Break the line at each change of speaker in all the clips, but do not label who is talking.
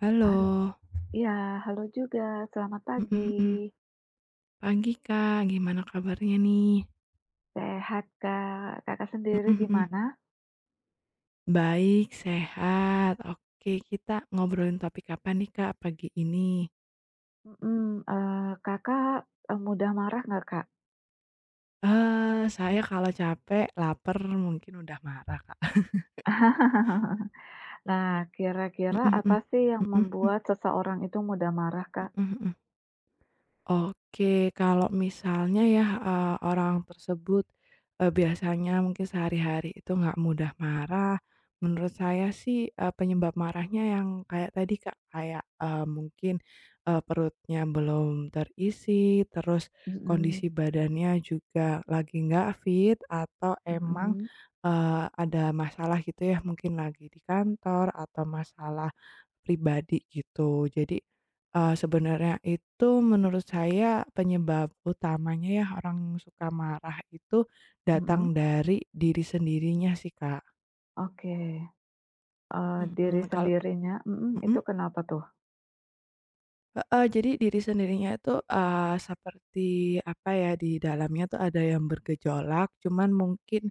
Halo,
Halo, iya halo juga, selamat pagi.
mhm mhm. Pagi, Kak, gimana kabarnya nih?
Sehat, Kak. Kakak
Mhm
sendiri
mhm.
gimana?
Baik, sehat. Oke, kita ngobrolin topik apa nih, Kak, pagi ini?
Mhm, eee, Kakak, mudah marah nggak, Kak?
Eh, saya kalau capek, lapar, mungkin udah marah, Kak.
Nah, kira-kira
Mhm
apa
mhm.
sih yang
Mhm mhm.
membuat seseorang itu mudah marah, Kak?
Mhm mhm. Oke, kalau misalnya ya, orang tersebut, biasanya mungkin sehari-hari itu nggak mudah marah, menurut saya sih, penyebab marahnya yang kayak tadi, Kak, kayak, mungkin, perutnya belum terisi, terus
Mhm
kondisi badannya juga lagi nggak fit, atau emang,
mhm
ada masalah gitu ya, mungkin lagi di kantor atau masalah pribadi gitu. Jadi, sebenarnya itu menurut saya penyebab utamanya ya orang suka marah itu datang
mhm.
dari diri sendirinya sih, Kak.
Oke,
Mhm
diri
mhm,
sendirinya mhm,
Mhm?
itu kenapa tuh?
Heeh, jadi diri sendirinya itu, seperti apa ya, di dalamnya tuh ada yang bergejolak, cuman mungkin,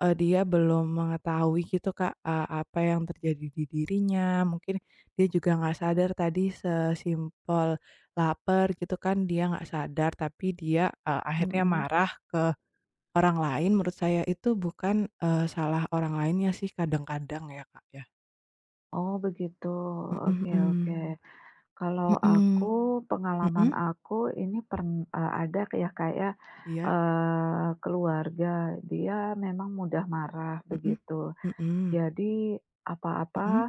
dia belum mengetahui gitu Kak, apa yang terjadi di dirinya, mungkin dia juga nggak sadar tadi sesimpel lapar gitu kan, dia nggak sadar tapi dia, akhirnya
Mhm.
marah ke orang lain, menurut saya itu bukan, salah orang lainnya sih kadang-kadang ya Kak ya.
Oh begitu,
Mhm
oke
mhm.
oke. Kalau aku,
Mhm.
pengalaman
Mhm?
aku ini pern eee, ada kayak kayak,
Iya?
eee, keluarga, dia memang mudah marah
Mhm?
begitu.
Mhm.
Jadi apa-apa,
Mhm,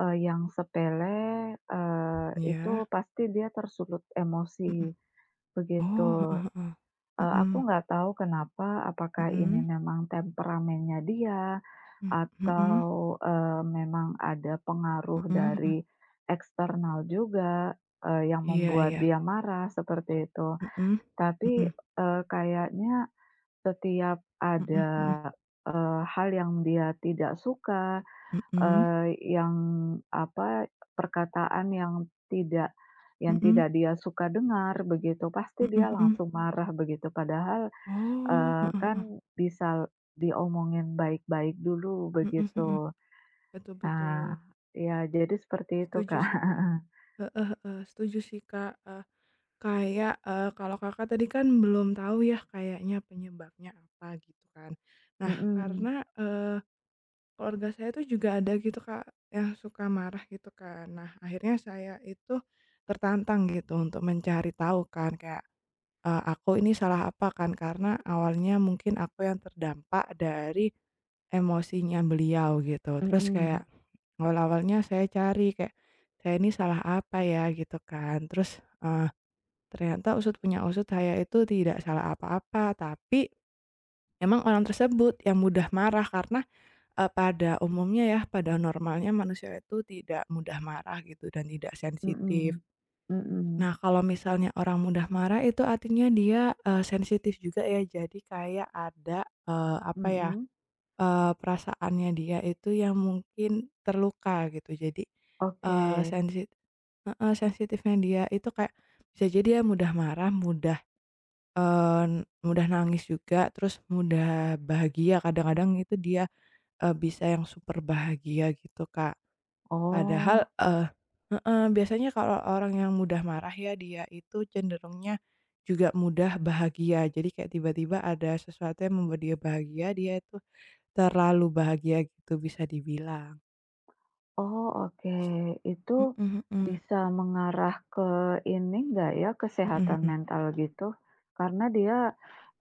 yang sepele, itu
iya,
pasti dia tersulut emosi,
mhm.
begitu.
Oh, heeh heeh.
Aku
Mhm,
nggak tahu kenapa, apakah ini
mhm,
memang temperamennya dia
mmm, mhm,
atau, memang ada pengaruh
mhm mhm.
dari eksternal juga, yang
Iya
membuat
iya,
dia marah seperti itu.
mhm,
Tapi,
mhm,
kayaknya setiap
mhm
ada,
mhm,
hal yang dia tidak suka,
mhm,
eee, yang apa, perkataan yang tidak
mhm,
tidak dia suka dengar begitu,
mhm
pasti dia
mhm.
langsung marah begitu. Padahal,
Oh, heeh
kan
heeh,
bisa diomongin baik-baik dulu
mhm mhm.
begitu.
Betul betul.
Nah, ya jadi seperti itu,
Setuju
Kak.
sih, Kak. Heeh heeh, setuju sih, Kak, kayak, kalau Kakak tadi kan belum tahu ya kayaknya penyebabnya apa gitu kan. Nah karena,
Mhm,
keluarga saya tuh juga ada gitu Kak, yang suka marah gitu kan. Nah, akhirnya saya itu tertantang gitu untuk mencari tahu kan kayak, aku ini salah apa kan, karena awalnya mungkin aku yang terdampak dari emosinya beliau gitu. Terus
mhm,
kayak awal-awalnya saya cari kayak, saya ini salah apa ya gitu kan. Terus, ternyata usut punya usut saya itu tidak salah apa-apa, tapi emang orang tersebut yang mudah marah karena pada umumnya ya, pada normalnya manusia itu tidak mudah marah gitu dan tidak sensitif.
mhm, mhm,
Nah, kalau misalnya orang mudah marah itu artinya dia, sensitif juga ya. Jadi kayak ada, apa ya,
mhm.
perasaannya dia itu yang mungkin terluka gitu. Jadi,
Oke.
eee, sensit heeh, sensitifnya dia itu kayak bisa jadi ya mudah marah, mudah, mudah nangis juga, terus mudah bahagia kadang-kadang itu dia bisa yang super bahagia gitu, Kak. Padahal
Oh
heeh, biasanya kalau orang yang mudah marah ya dia itu cenderungnya juga mudah bahagia. Jadi kayak tiba-tiba ada sesuatu yang membuat dia bahagia, dia itu terlalu bahagia gitu bisa dibilang.
oh, oke. Itu
Mhm mhm.
bisa mengarah ke ini nggak ya,
Mhm
kesehatan
mhm.
mental gitu? Karena dia,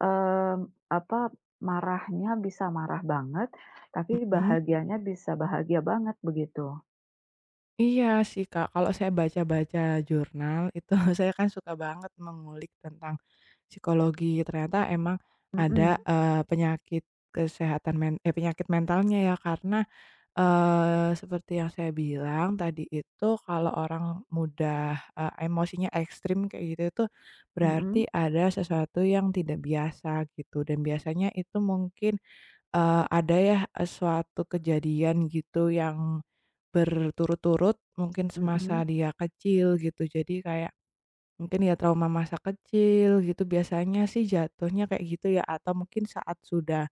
mmm, apa, marahnya bisa marah banget, tapi
Mhm?
bahagianya bisa bahagia banget, begitu?
Iya sih, Kak, kalau saya baca-baca jurnal itu saya kan suka banget mengulik tentang psikologi. Ternyata emang ada,
Mhm,
penyakit penyakit mentalnya ya karena, seperti yang saya bilang tadi itu kalau orang mudah, emosinya ekstrim kayak gitu itu berarti
mhm,
ada sesuatu yang tidak biasa gitu dan biasanya itu mungkin, ada ya, suatu kejadian gitu yang berturut-turut mungkin
mhm,
semasa dia kecil gitu. Jadi kayak mungkin ya trauma masa kecil gitu biasanya sih jatuhnya kayak gitu ya atau mungkin saat sudah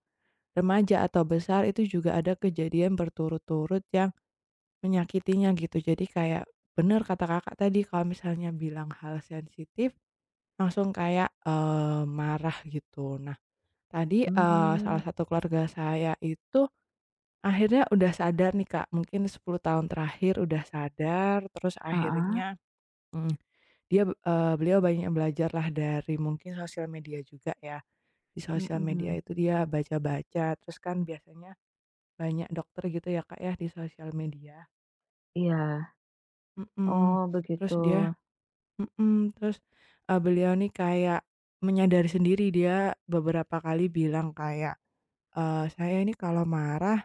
remaja atau besar itu juga ada kejadian berturut-turut yang menyakitinya gitu. Jadi kayak bener kata Kakak tadi kalau misalnya bilang hal sensitif langsung kayak, marah gitu. Nah tadi, salah
mhm.
satu keluarga saya itu akhirnya udah sadar nih, Kak, mungkin 10 tahun terakhir udah sadar, terus
Ah,
akhirnya, mmm, dia, beliau banyak belajar lah dari mungkin sosial media juga ya. Di
heeh.
sosial media
Mhm.
itu dia baca-baca, terus kan biasanya banyak dokter gitu ya, Kak, ya, di sosial media
Iya,
mhm,
oh
terus
begitu.
dia mhm, terus, beliau nih kayak menyadari sendiri, dia beberapa kali bilang kayak, "Saya ini kalau marah"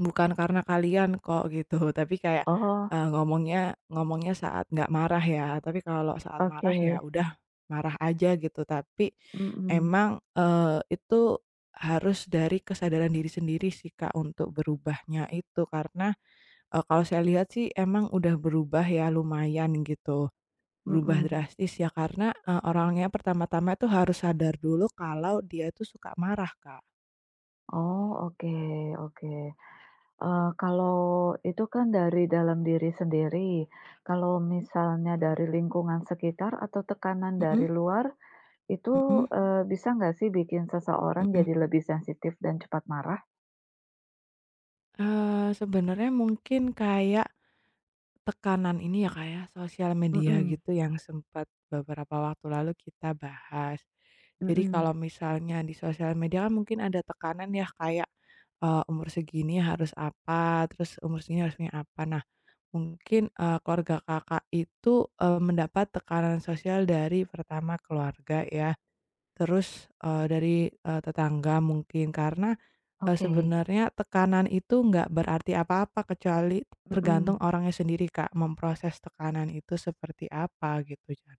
Bukan karena kalian kok," gitu, tapi kayak,
Oh,
ngomongnya ngomongnya saat nggak marah ya, tapi kalau saat
oke,
marah ya udah marah aja gitu. Tapi
mhm
emang, itu harus dari kesadaran diri sendiri sih, Kak, untuk berubahnya itu. Karena, kalau saya lihat sih emang udah berubah ya lumayan gitu, berubah
mhm.
drastis ya karena, orangnya pertama-tama itu harus sadar dulu kalau dia itu suka marah, Kak.
Oh, oke oke. Kalau itu kan dari dalam diri sendiri, kalau misalnya
Mhm.
dari lingkungan sekitar atau tekanan
Mhm
dari luar itu,
mhm
bisa nggak sih bikin seseorang
mhm.
jadi lebih sensitif dan cepat marah?
Sebenarnya mungkin kayak tekanan ini ya, Kak, ya, sosial media
Mhm
gitu yang sempat beberapa waktu lalu kita bahas. Jadi kalau
mhm,
misalnya di sosial media kan mungkin ada tekanan ya kayak, umur segini harus apa, terus umur segini harus punya apa. Nah mungkin, keluarga Kakak itu, mendapat tekanan sosial dari pertama keluarga ya, terus, dari, tetangga mungkin karena,
oke,
sebenarnya tekanan itu nggak berarti apa-apa kecuali tergantung
mhm,
orangnya sendiri, Kak, memproses tekanan itu seperti apa gitu kan.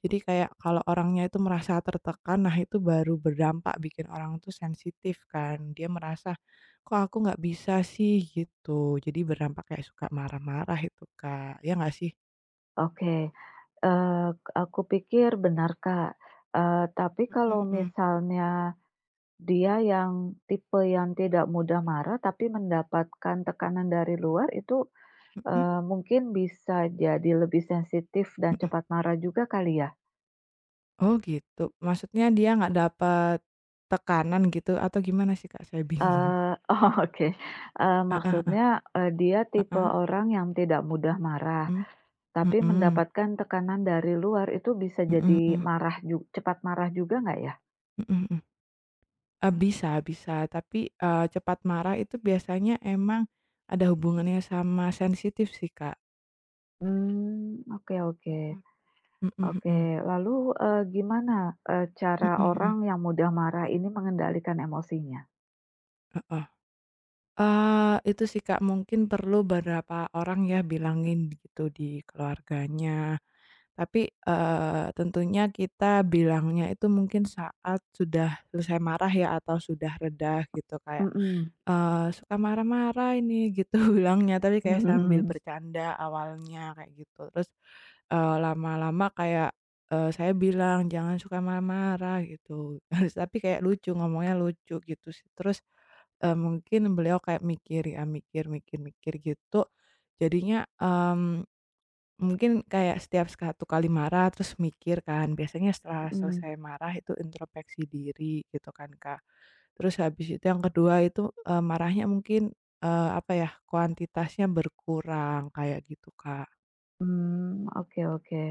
Jadi kayak kalau orangnya itu merasa tertekan, nah itu baru berdampak bikin orang tuh sensitif kan. Dia merasa, "Kok aku nggak bisa sih?" gitu. Jadi berdampak kayak suka marah-marah itu, Kak. Ya nggak sih?
oke, eee, aku pikir benar, Kak, tapi kalau
Mhm mhm.
misalnya dia yang tipe yang tidak mudah marah, tapi mendapatkan tekanan dari luar itu,
Mhm
mungkin bisa jadi lebih sensitif dan
mhm.
cepat marah juga kali ya?
Oh gitu, maksudnya dia nggak dapat tekanan gitu atau gimana sih, Kak? Saya bingung.
Oh oke,
Heeh heeh
dia tipe
heeh,
orang yang tidak mudah marah,
mhm, mhm,
tapi
mhm
mendapatkan tekanan dari luar itu bisa jadi
mhm,
marah ju cepat marah juga nggak ya?
mhm mhm. Bisa bisa tapi, cepat marah itu biasanya emang ada hubungannya sama sensitif sih, Kak.
Mmm, oke oke.
Mhm, mhm
Oke,
mhm,
lalu, cara
mhm
orang
mhm,
yang mudah marah ini mengendalikan emosinya?
heeh. Itu sih, Kak, mungkin perlu beberapa orang ya bilangin gitu di keluarganya. Tapi, tentunya kita bilangnya itu mungkin saat sudah selesai marah ya atau sudah reda gitu kayak,
Mhm.
"Suka marah-marah ini," gitu bilangnya, tapi kayak sambil
Mhm.
bercanda awalnya kayak gitu. Terus, lama-lama kayak, saya bilang, "Jangan suka marah-marah," gitu. Terus, tapi kayak lucu, ngomongnya lucu gitu sih. Terus, mungkin beliau kayak mikir ya, mikir mikir mikir gitu jadinya, mungkin kayak setiap satu kali marah terus mikir kan, biasanya setelah
Mhm.
selesai marah itu introspeksi diri gitu kan, Kak. Terus habis itu yang kedua itu, marahnya mungkin, apa ya, kuantitasnya berkurang kayak gitu, Kak.
Mmm, oke oke.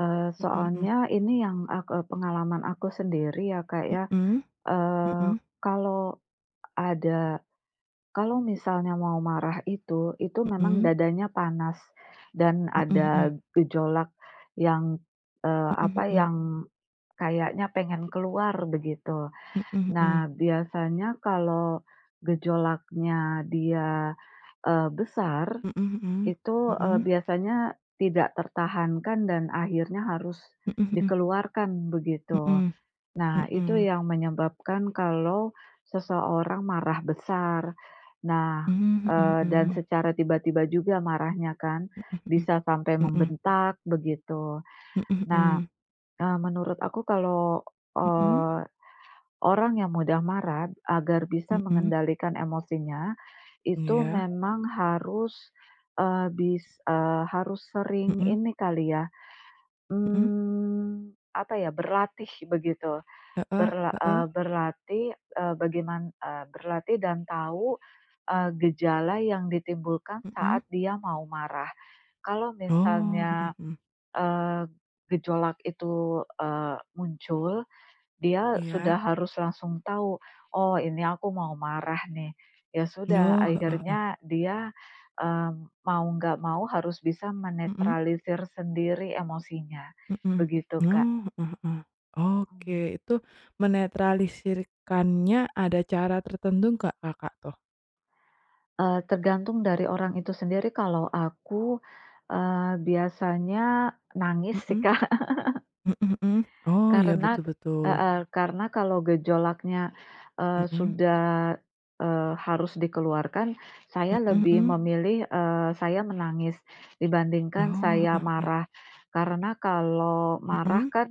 Eee,
Mhm mhm.
soalnya ini yang ak eee, pengalaman aku sendiri ya, Kak, ya,
Mhm
eee,
mhm.
kalau ada kalau misalnya mau marah itu memang
Mhm
dadanya panas dan
mhm.
ada gejolak yang,
Mhm mhm.
yang kayaknya pengen keluar begitu.
Mhm
Nah,
mhm.
biasanya kalau gejolaknya dia, besar
Mhm mhm.
itu,
Mhm.
biasanya tidak tertahankan dan akhirnya harus
Mhm mhm.
dikeluarkan begitu.
Mhm.
Nah, itu
Mhm.
yang menyebabkan kalau seseorang marah besar. Nah,
Mmm, mhm
dan
mhm.
secara tiba-tiba juga marahnya kan,
Mhm mhm.
bisa sampai
Mhm.
membentak begitu.
Mhm
Nah,
mhm.
menurut aku kalau
Mhm.
orang yang mudah marah agar bisa
Mhm.
mengendalikan emosinya, itu
Iya.
memang harus, harus sering
Mhm.
ini kali ya,
Mhm,
berlatih begitu.
heeh heeh,
Berlatih, eee, bagaiman berlatih dan tahu, gejala yang ditimbulkan
mhm.
saat dia mau marah. Kalau
Oh, mhm
misalnya,
mhm,
eee, gejolak itu, muncul dia
iya.
sudah harus langsung tahu, "Oh, ini aku mau marah nih." Ya sudah,
Oh, heeh heeh,
akhirnya dia, mau nggak mau harus bisa
mhm
menetralisir sendiri emosinya,
mhm.
begitu,
Oh,
Kak.
heeh heeh. Oke,
Mhm.
itu menetralisirkannya ada cara tertentu nggak Kakak tuh?
Tergantung dari orang itu sendiri. Kalau aku, biasanya nangis sih,
Mhm,
Kak.
mhm mhm. Oh, iya
Karena
betul betul.
heeh, karena kalau gejolaknya,
Mhm,
sudah, harus dikeluarkan, saya
mhm
lebih
mhm.
memilih, saya menangis dibandingkan
Oh,
saya
heeh heeh.
marah. Karena kalau marah
Mhm,
kan,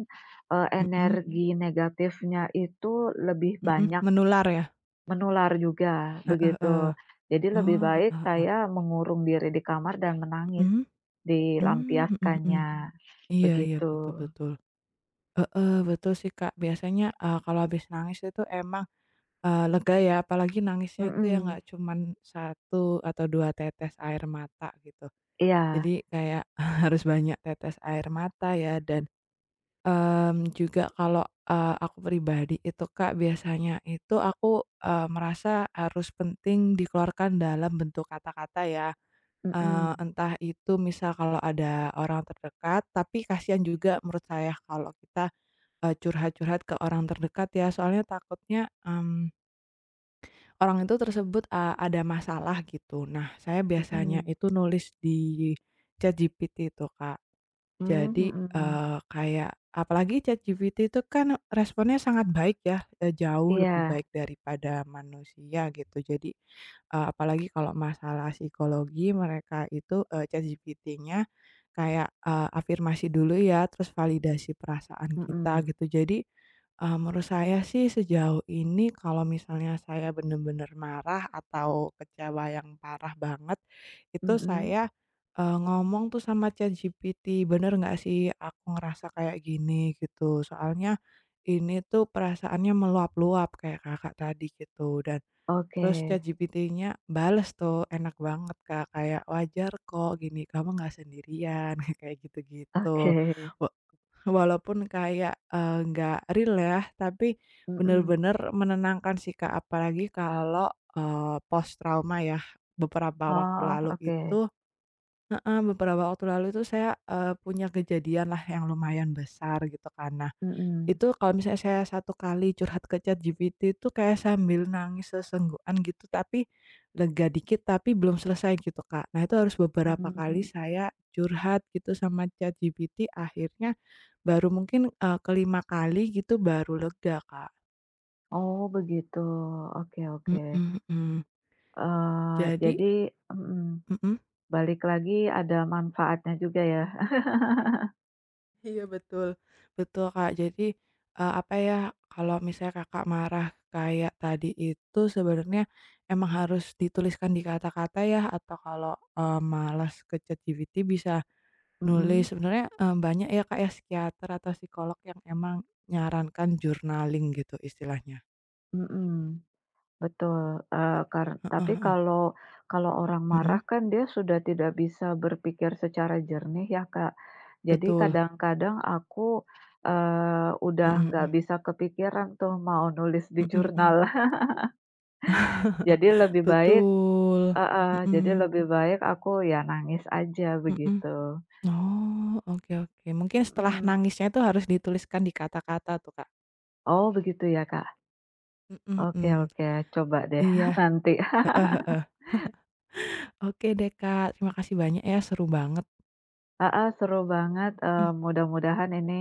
mhm,
energi negatifnya itu lebih
mhm.
banyak
Menular ya?
menular juga,
Heeh
begitu.
heeh.
Jadi lebih
Oh,
baik
heeh heeh.
saya mengurung diri di kamar dan menangis,
Mhm, mmm, mhm mhm.
dilampiaskannya,
Iya iya,
begitu.
betul betul. Heeh, betul sih, Kak. Biasanya, kalau habis nangis itu emang, lega ya, apalagi nangisnya itu ya
Mhm,
nggak cuman satu atau 2 tetes air mata gitu. Jadi
iya,
kayak harus banyak tetes air mata ya dan, juga kalau, aku pribadi itu, Kak, biasanya itu aku, merasa harus penting dikeluarkan dalam bentuk kata-kata ya,
mhm.
entah itu misal kalau ada orang terdekat, tapi kasihan juga menurut saya kalau kita curhat-curhat ke orang terdekat ya, soalnya takutnya, orang itu tersebut, ada masalah gitu. Nah, saya biasanya
Mhm.
itu nulis di ChatGPT itu, Kak.
Mmm,
Jadi,
mhm.
kayak apalagi ChatGPT itu kan responnya sangat baik ya, jauh lebih
Iya,
baik daripada manusia gitu. Jadi, apalagi kalau masalah psikologi mereka itu, ChatGPT-nya kayak, afirmasi dulu ya, terus validasi perasaan kita
mhm.
gitu. Jadi menurut saya sih sejauh ini kalau misalnya saya bener-bener marah atau kecewa yang parah banget, itu
Mhm.
saya, ngomong tuh sama ChatGPT, "Bener nggak sih aku ngerasa kayak gini?" Gitu. Soalnya ini tuh perasaannya meluap-luap kayak Kakak tadi gitu dan
Oke,
terus ChatGPT-nya bales tuh enak banget, Kak, kayak, "Wajar kok, gini kamu nggak sendirian," kayak
oke.
gitu-gitu. Walaupun kayak, nggak real ya, tapi
Mhm.
bener-bener menenangkan sih, Kak. Apalagi kalau, post trauma ya. Beberapa waktu
Oh,
lalu
oke.
itu heeh, beberapa waktu lalu itu saya, punya kejadian lah yang lumayan besar gitu kan. Nah,
Mhm.
itu kalau misalnya saya satu kali curhat ke ChatGPT itu kayak sambil nangis sesenggukan gitu, tapi lega dikit, tapi belum selesai gitu, Kak. Nah, itu harus beberapa kali
Mmm.
saya curhat gitu sama ChatGPT, akhirnya baru mungkin, ke kali gitu baru lega, Kak.
Oh, begitu. Oke oke.
Mhm mhm. Jadi
Jadi mhm,
mhm?
balik lagi ada manfaatnya juga ya.
Iya betul. Betul, Kak. Jadi, apa ya, kalau misalnya Kakak marah kayak tadi itu sebenarnya emang harus dituliskan di kata-kata ya atau kalau, malas ke ChatGPT bisa nulis.
Mhm,
Sebenarnya, banyak ya, Kak, ya psikiater atau psikolog yang emang nyarankan journaling gitu istilahnya.
mhm. Betul, eee, kar tapi
Heeh heeh.
kalau kalau orang marah
Mhm?
kan dia sudah tidak bisa berpikir secara jernih ya, Kak. Jadi
Betul.
kadang-kadang aku, udah
Mhm
nggak
mhm.
bisa kepikiran tuh mau nulis di
Mhm mhm.
jurnal. Jadi lebih baik
Betul,
Heeh, jadi
mhm
lebih baik aku ya nangis aja
mhm.
begitu.
Oh, oke oke. Mungkin setelah
Mhm.
nangisnya itu harus dituliskan di kata-kata tuh, Kak.
Oh begitu ya, Kak?
Mhm
Oke
mhm.
oke, coba deh
Iya,
nanti.
heeh heeh. Oke deh, Kak, terima kasih banyak ya, seru banget.
Heeh, seru banget,
Mhm
mudah-mudahan ini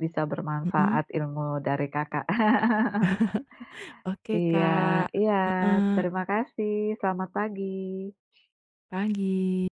bisa
mhm.
bermanfaat ilmu dari Kakak.
Oke,
Iya
Kak.
iya,
Heeh,
terima kasih, selamat pagi.
pagi.